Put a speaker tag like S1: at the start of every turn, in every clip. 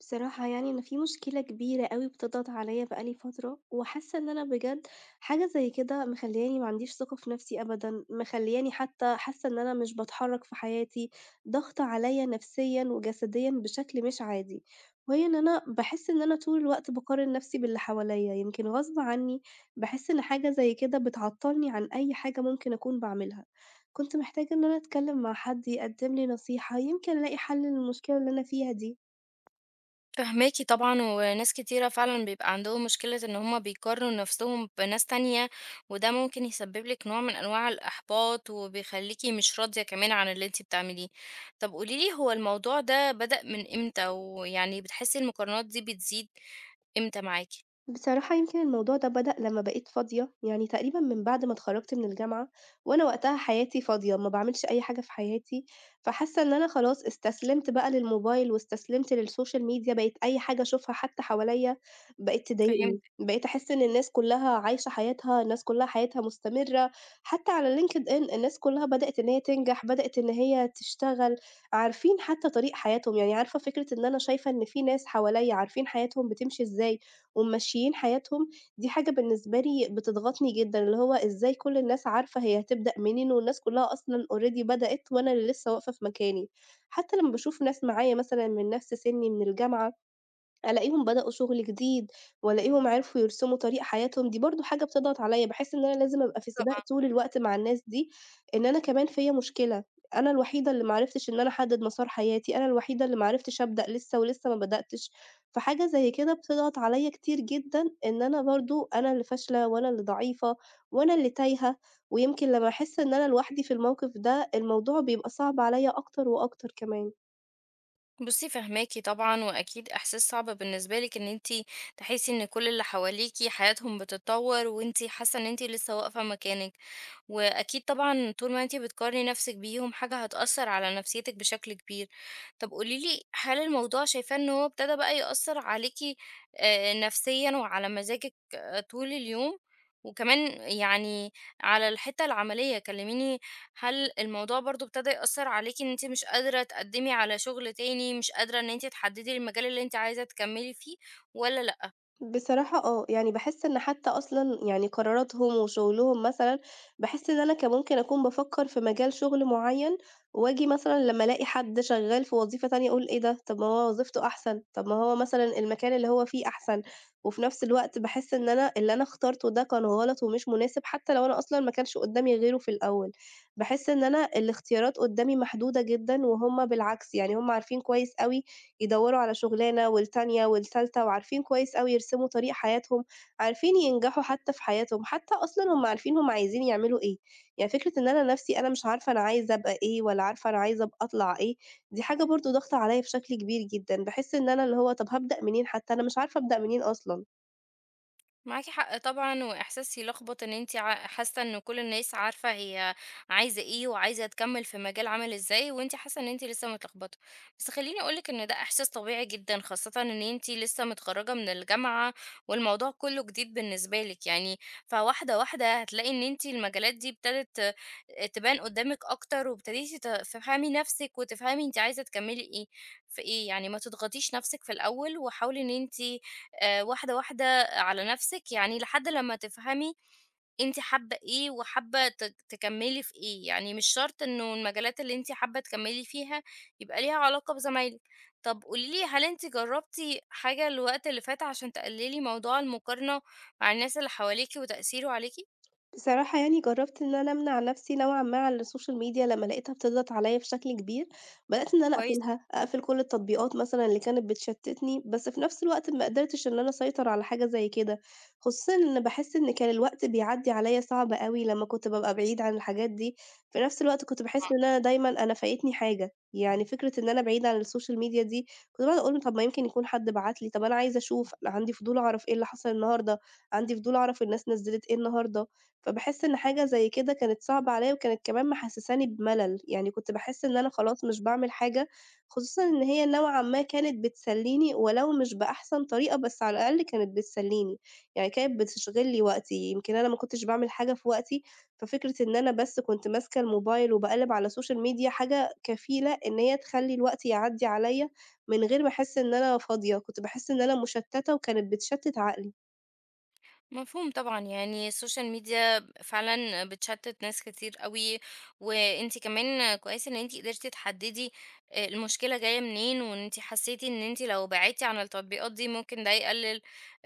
S1: بصراحة يعني أنا في مشكلة كبيرة أوي بتضغط عليّا بقى لي فترة، وحاسة إن أنا بجد حاجة زي كده مخلّياني ما عنديش ثقة في نفسي أبدًا، مخلّياني حتى حاسة إن أنا مش باتحرك في حياتي، ضاغطة عليّا نفسيًا وجسديًا بشكل مش عادي، وهي إن أنا باحس إن أنا طول الوقت باقارن نفسي باللي حواليّا، يمكن غصب عني باحس إن حاجة زي كده بتعطّلني عن أي حاجة ممكن أكون باعملها. كنت محتاجة إن أنا أتكلم مع حد يقدم لي نصيحة، يمكن ألاقي حل للمشكلة اللي أنا فيها دي.
S2: فهماكِ طبعًا، وناس كتيرة فعلًا بيبقى عندهم مشكلة إن هُم بيقارنوا نفسهم بناس تانية، وده ممكن يسبب لِك نوع من أنواع الإحباط، وبيخليكِ مش راضية كمان عن اللي أنتِ بتعمليه. طب قولي لي هو الموضوع ده بدأ من إمتى، ويعني بتحسي المقارنات دي بتزيد إمتى معاكِ؟
S1: بصراحة يمكن الموضوع ده بدأ لمّا بقيت فاضية، يعني تقريبًا من بعد ما اتخرّجت من الجامعة، وأنا وقتها حياتي فاضية، ما باعملش أي حاجة في حياتي، فحاسة إن أنا خلاص استسلمت بقى للموبايل واستسلمت للسوشيال ميديا، بقيت أي حاجة أشوفها حتى حواليّا بقت تضايقني،
S2: فهمتِك
S1: بقيت أحس إن الناس كلّها عايشة حياتها، الناس كلّها حياتها مستمرة، حتى على LinkedIn الناس كلّها بدأت إن هي تنجح، بدأت إن هي تشتغل، عارفين حتى طريق حياتهم، يعني عارفة فكرة إن أنا شايفة إن في ناس حواليّا عارفين حياتهم بتمشي إزاي، وممشّيين حياتهم، دي حاجة بالنسبة لي بتضغطني جدًا، اللي هو إزاي كل الناس عارفة هي هتبدأ منين والناس كلّها أصلًا already بدأت وأنا اللي لسه واقفة في مكاني. حتى لمّا باشوف ناس معايا مثلًا من نَفْس سِنّي من الجامعة ألاقيهم بدأوا شغل جديد، وألاقيهم عرفوا يرسموا طريق حياتهم، دي برضه حاجة بتضغط عليَّ، باحس إن أنا لازم أبقى في سباق
S2: طبعًا.
S1: طول الوقت مع الناس دي، إن أنا كمان فيّا مشكلة، أنا الوحيدة اللي ما عرفتش إن أنا أحدد مسار حياتي، أنا الوحيدة اللي ما عرفتش أبدأ لسه ولسه ما بدأتش، فحاجة زي كده بتضغط عليَّ كتير جدًا، إن أنا برضه أنا اللي فاشلة وأنا اللي ضعيفة وأنا اللي تايهة، ويمكن لمّا أحس إن أنا لوحدي في الموقف ده، الموضوع بيبقى صعب عليَّ أكتر وأكتر كمان.
S2: بُصّي فاهماكِ طبعًا، وأكيد إحساس صعب بالنسبة لِك إن أنتِ تحسي إن كل اللي حواليكِ حياتهم بتتطور، وأنتِ حاسة إن أنتِ لسه واقفة مكانِك، وأكيد طبعًا طول ما أنتِ بتقارني نفسِك بيهم حاجة هتأثّر على نفسيتِك بشكل كبير. طب قولي لي هل الموضوع شايفاه إن هو ابتدى بقى يأثّر عليكِ نفسيًا وعلى مزاجِك طول اليوم؟ وكمان يعني على الحتّة العملية كلميني، هل الموضوع برضه ابتدى يأثّر عليكِ إن أنتِ مش قادرة تقدّمي على شغل تاني، مش قادرة إن أنتِ تحدّدي المجال اللي أنتِ عايزة تكمّلي فيه والّا لأ؟
S1: بصراحة آه، يعني باحس إن حتى أصلًا يعني قراراتهم وشغلهم مثلًا، باحس إن أنا كان ممكن أكون بافكّر في مجال شغل معيّن، وآجي مثلًا لمّا ألاقي حد شغال في وظيفة تانية أقول إيه ده! طب ما هو وظيفته أحسن، طب ما هو مثلًا المكان اللي هو فيه أحسن، وفي نفس الوقت باحس إن أنا اللي أنا اخترته ده كان غلط ومش مناسب، حتى لو أنا أصلًا ما كانش قدّامي غيره في الأول، باحس إن أنا الاختيارات قدّامي محدودة جدًا، وهُم بالعكس يعني هُم عارفين كويس أوي يدوّروا على شُغلانة والتانية والتالتة وعارفين كويس أوي يرسموا طريق حياتهم، عارفين ينجحوا حتى في حياتهم، حتى أصلًا هُم عارفين هُم عايزين يعملوا إيه. يعني فكرة إن أنا نَفْسي أنا مش عارفة أنا عايزة أبقى إيه ولا عارفة أنا عايزة أبقى أطلع إيه، دي حاجة برضه ضاغطة عليّا بشكل كبير جدًا. باحس إن أنا اللي هو طَب هابدأ منين حتى، أنا مش عارفة أبدأ منين أصلًا.
S2: معاكِ حق طبعًا، وإحساس يلخبط إن أنتِ حاسة إن كل الناس عارفة هي عايزة إيه، وعايزة تكمّل في مجال عامل إزاي، وأنتِ حاسة إن أنتِ لسه متلخبطة. بس خلّيني أقول لِك إن ده إحساس طبيعي جدًا، خاصةً إن أنتِ لسه متخرّجة من الجامعة، والموضوع كلّه جديد بالنسبة لِك يعني. فواحدة، واحدة هتلاقي إن أنتِ المجالات دي ابتدت تبان قدّامِك أكتر، وابتديتِ تفهمي نَفْسِك، وتفهمي أنتِ عايزة تكمّلي إيه في إيه. يعني ما تضغطيش نَفْسِك في الأول، وحاولي إن أنتِ واحدة، واحدة على نفسِك، يعني لحد لمّا تفهمي أنتِ حابة إيه وحابة تكمّلي في إيه، يعني مش شرط إنه المجالات اللي أنتِ حابة تكمّلي فيها يبقى ليها علاقة بزمايلِك. طَب قولي لي هل أنتِ جرّبتِ حاجة الوقت اللي فات عشان تقلّلي موضوع المقارنة مع الناس اللي حواليكِ وتأثيره عليكِ؟
S1: بصراحة يعني جرّبت إن أنا أمنع نَفْسي نوعًا ما عن السوشيال ميديا لمّا لقيتها بتضغط عليّا بشكل كبير، بدأت إن أنا
S2: كويس
S1: أقفلها، أقفل كل التطبيقات مثلًا اللي كانت بتشتتني، بس في نَفْس الوقت ما قدرتش إن أنا أسيطر على حاجة زي كده، خصوصًا إن باحس إن كان الوقت بيعدّي عليّا صعب أوي لمّا كنت بابقى بعيد عن الحاجات دي، في نَفْس الوقت كنت باحس
S2: طبعًا.
S1: إن أنا دايمًا أنا فايتني حاجة، يعني فكرة إن أنا بعيدة عن السوشيال ميديا دي كنت باقعد أقول طَب ما يمكن يكون حد بعت لي، طَب أنا عايزة أشوف، أنا عندي فضول أعرف إيه اللي حصل النهارده، عندي فضول أعرف الناس نزّلت إيه النهارده. فباحس إن حاجة زي كده كانت صعبة عليَّ، وكانت كمان محسساني بملل، يعني كنت باحس إن أنا خلاص مش باعمل حاجة، خصوصًا إن هي نوعًا ما كانت بتسليني ولو مش بأحسن طريقة، بس على الأقل كانت بتسليني، يعني كانت بتشغل لي وقتي، يمكن أنا ما كنتش باعمل حاجة في وقتي، ففكرة إن أنا بس كنت ماسكة الموبايل وباقلِّب على الSocial media حاجة كفيلة إن هي تخلّي الوقت يعدّي عليَّ من غير ما أحس إن أنا فاضية، كنت باحس إن أنا مشتتة وكانت بتشتت عقلي.
S2: مفهوم طبعًا، يعني السوشيال ميديا فعلًا بتشتِّت ناس كتير أوي، وأنتِ كمان كويس إن أنتِ قدرتِ تحددي المشكلة جاية منين، وإن أنتِ حسيتِ إن أنتِ لو بعدتِ عن التطبيقات دي ممكن ده يقلل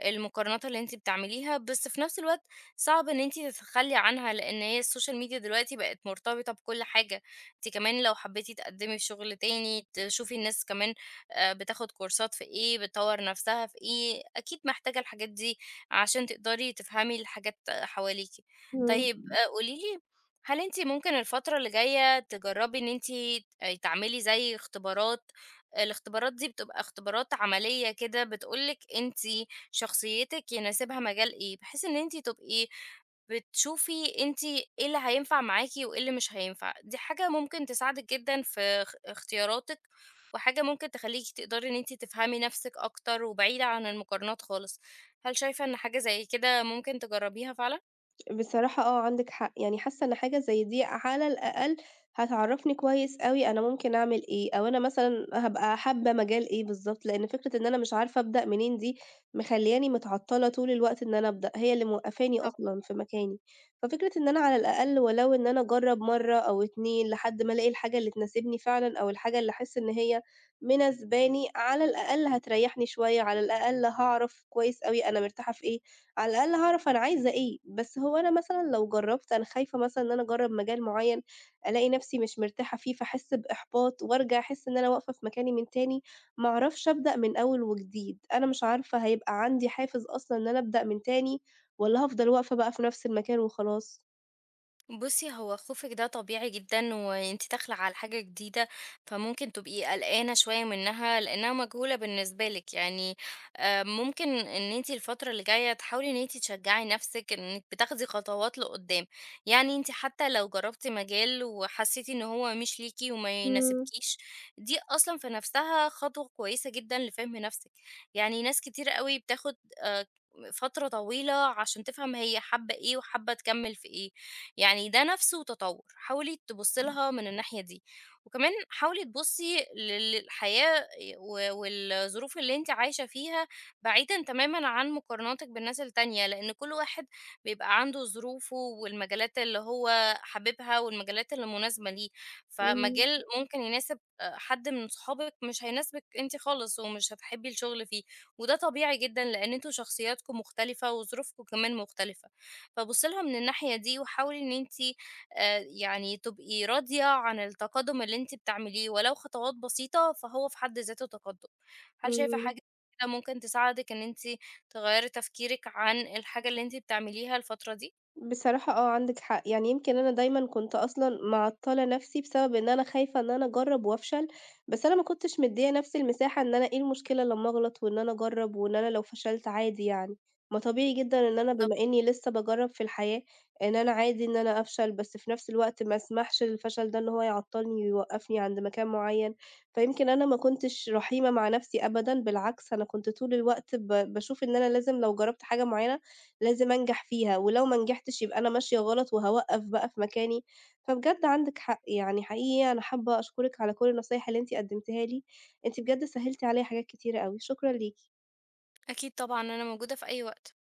S2: المقارنات اللي أنتِ بتعمليها، بس في نفس الوقت صعب إن أنتِ تتخلي عنها، لأن هي السوشيال ميديا دلوقتي بقت مرتبطة بكل حاجة، أنتِ كمان لو حبيتِ تقدمي في شغل تاني، تشوفي الناس كمان بتاخد كورسات في إيه، بتطور نفسها في إيه، أكيد محتاجة الحاجات دي عشان تقدري تفهمي الحاجات حواليكِ.
S1: إمم.
S2: طيب قولي لي، هل أنتِ ممكن الفترة اللي جاية تجربي إن أنتِ تعملي زي اختبارات، الاختبارات دي بتبقى اختبارات عملية كده بتقول لِك أنتِ شخصيتِك يناسبها مجال إيه، بحيث إن أنتِ تبقي بتشوفي أنتِ إيه اللي هينفع معاكِ وإيه اللي مش هينفع، دي حاجة ممكن تساعدِك جدًا في اختياراتِك، وحاجة ممكن تخلّيكِ تقدري إن أنتِ تفهمي نفسِك أكتر وبعيدة عن المقارنات خالص. هل شايفة إن حاجة زي كده ممكن تجرّبيها فعلًا؟
S1: بصراحة آه، عندِك حق، يعني حاسة إن حاجة زي دي على الأقل هتعرّفني كويس أوي أنا ممكن أعمل إيه، أو أنا مثلًا هابقى حابة مجال إيه بالضبط، لإن فكرة إن أنا مش عارفة أبدأ منين دي مخلّياني متعطّلة طول الوقت إن أنا أبدأ، هي اللي موقّفاني أصلًا في مكاني. ففكرة إن أنا على الأقل ولو إن أنا أجرّب مرّة أو 2 لحد ما ألاقي الحاجة اللي تناسبني فعلًا، أو الحاجة اللي أحس إن هي مناسباني، على الأقل هتريّحني شوية، على الأقل هاعرف كويس أوي أنا مرتاحة في إيه، على الأقل هاعرف أنا عايزة إيه، بس هو أنا مثلًا لو جرّبت أنا خايفة مثلًا إن أنا أجرّب مجال معيّن، ألاقي نفسي مش مرتاحة فيه فاحس بإحباط وارجع أحس إن أنا واقفة في مكاني من تاني، ما اعرفش أبدأ من أول وجديد، أنا مش عارفة هيبقى عندي حافز أصلًا إن أنا أبدأ من تاني والّا هافضل واقفة بقى في نفس المكان وخلاص؟
S2: بُصّي، هو خوفِك ده طبيعي جدًا وأنتِ داخلة على حاجة جديدة، فممكن تبقي قلقانة شوية منها لإنها مجهولة بالنسبة لِك، يعني ممكن إن أنتِ الفترة اللي جاية تحاولي إن أنتِ تشجّعي نَفْسِك إنِّك بتاخدي خطوات لقُدّام، يعني أنتِ حتى لو جرّبتِ مجال وحسّيتِ إن هو مش ليكِ وما
S1: إمم،
S2: يناسبكيش، دي أصلًا في نَفْسها خطوة كويسة جدًا لفهم نَفْسِك، يعني ناس كتير أوي بتاخد آآ فترة طويلة عشان تفهم هي حابة إيه وحابة تكمّل في إيه. يعني ده نفسه تطور، حاولي تبصي لها من الناحية دي، وكمان حاولي تبصي للحياة والظروف اللي انت عايشة فيها بعيدا تماما عن مقارناتك بالناس التانية، لأن كل واحد بيبقى عنده ظروفه والمجالات اللي هو حاببها والمجالات اللي مناسبة ليه،
S1: إمم،
S2: فمجال ممكن يناسب حد من صحابك مش هيناسبك انت خالص ومش هتحبي الشغل فيه، وده طبيعي جدا لأن انتوا شخصياتكم مختلفة وظروفكم كمان مختلفة، فبُصّي لها من الناحية دي، وحاولي إن أنتِ يعني تبقي راضية عن التقدُّم اللي أنتِ بتعمليه، ولو خطوات بسيطة فهو في حد ذاته تقدُّم. هل شايفة
S1: إمم.
S2: حاجة كده ممكن تساعدِك إن أنتِ تغيّري تفكيرِك عن الحاجة اللي أنتِ بتعمليها الفترة دي؟
S1: بصراحة آه، عندِك حق، يعني يمكن أنا دايمًا كنت أصلًا معطّلة نَفْسي بسبب إن أنا خايفة إن أنا أجرّب وأفشل، بس أنا ما كنتش مدّية نَفْسي المساحة إن أنا إيه المشكلة لمّا أغلط وإن أنا أجرّب وإن أنا لو فشلت عادي يعني، ما طبيعي جدًا إن أنا
S2: بالضبط.
S1: بما إنّي لسه باجرّب في الحياة، إن أنا عادي إن أنا أفشل، بس في نَفْس الوقت ما أسمحش للفشل ده إن هو يعطّلني ويوقّفني عند مكان معيّن، فيمكن أنا ما كنتش رحيمة مع نَفْسي أبدًا، بالعكس أنا كنت طول الوقت باشوف إن أنا لازم لو جرّبت حاجة معيّنة لازم أنجح فيها، ولو ما نجحتش يبقى أنا ماشية غلط وهاوقّف بقى في مكاني، فبجد عندِك حق، يعني حقيقي أنا حابة أشكرِك على كل النصايح اللي أنتِ قدّمتيها لي، أنتِ بجد سهّلتِ عليَّ حاجات كتيرة أوي، شكرًا ليكِ.
S2: أكيد طبعًا أنا موجودة في أي وقت.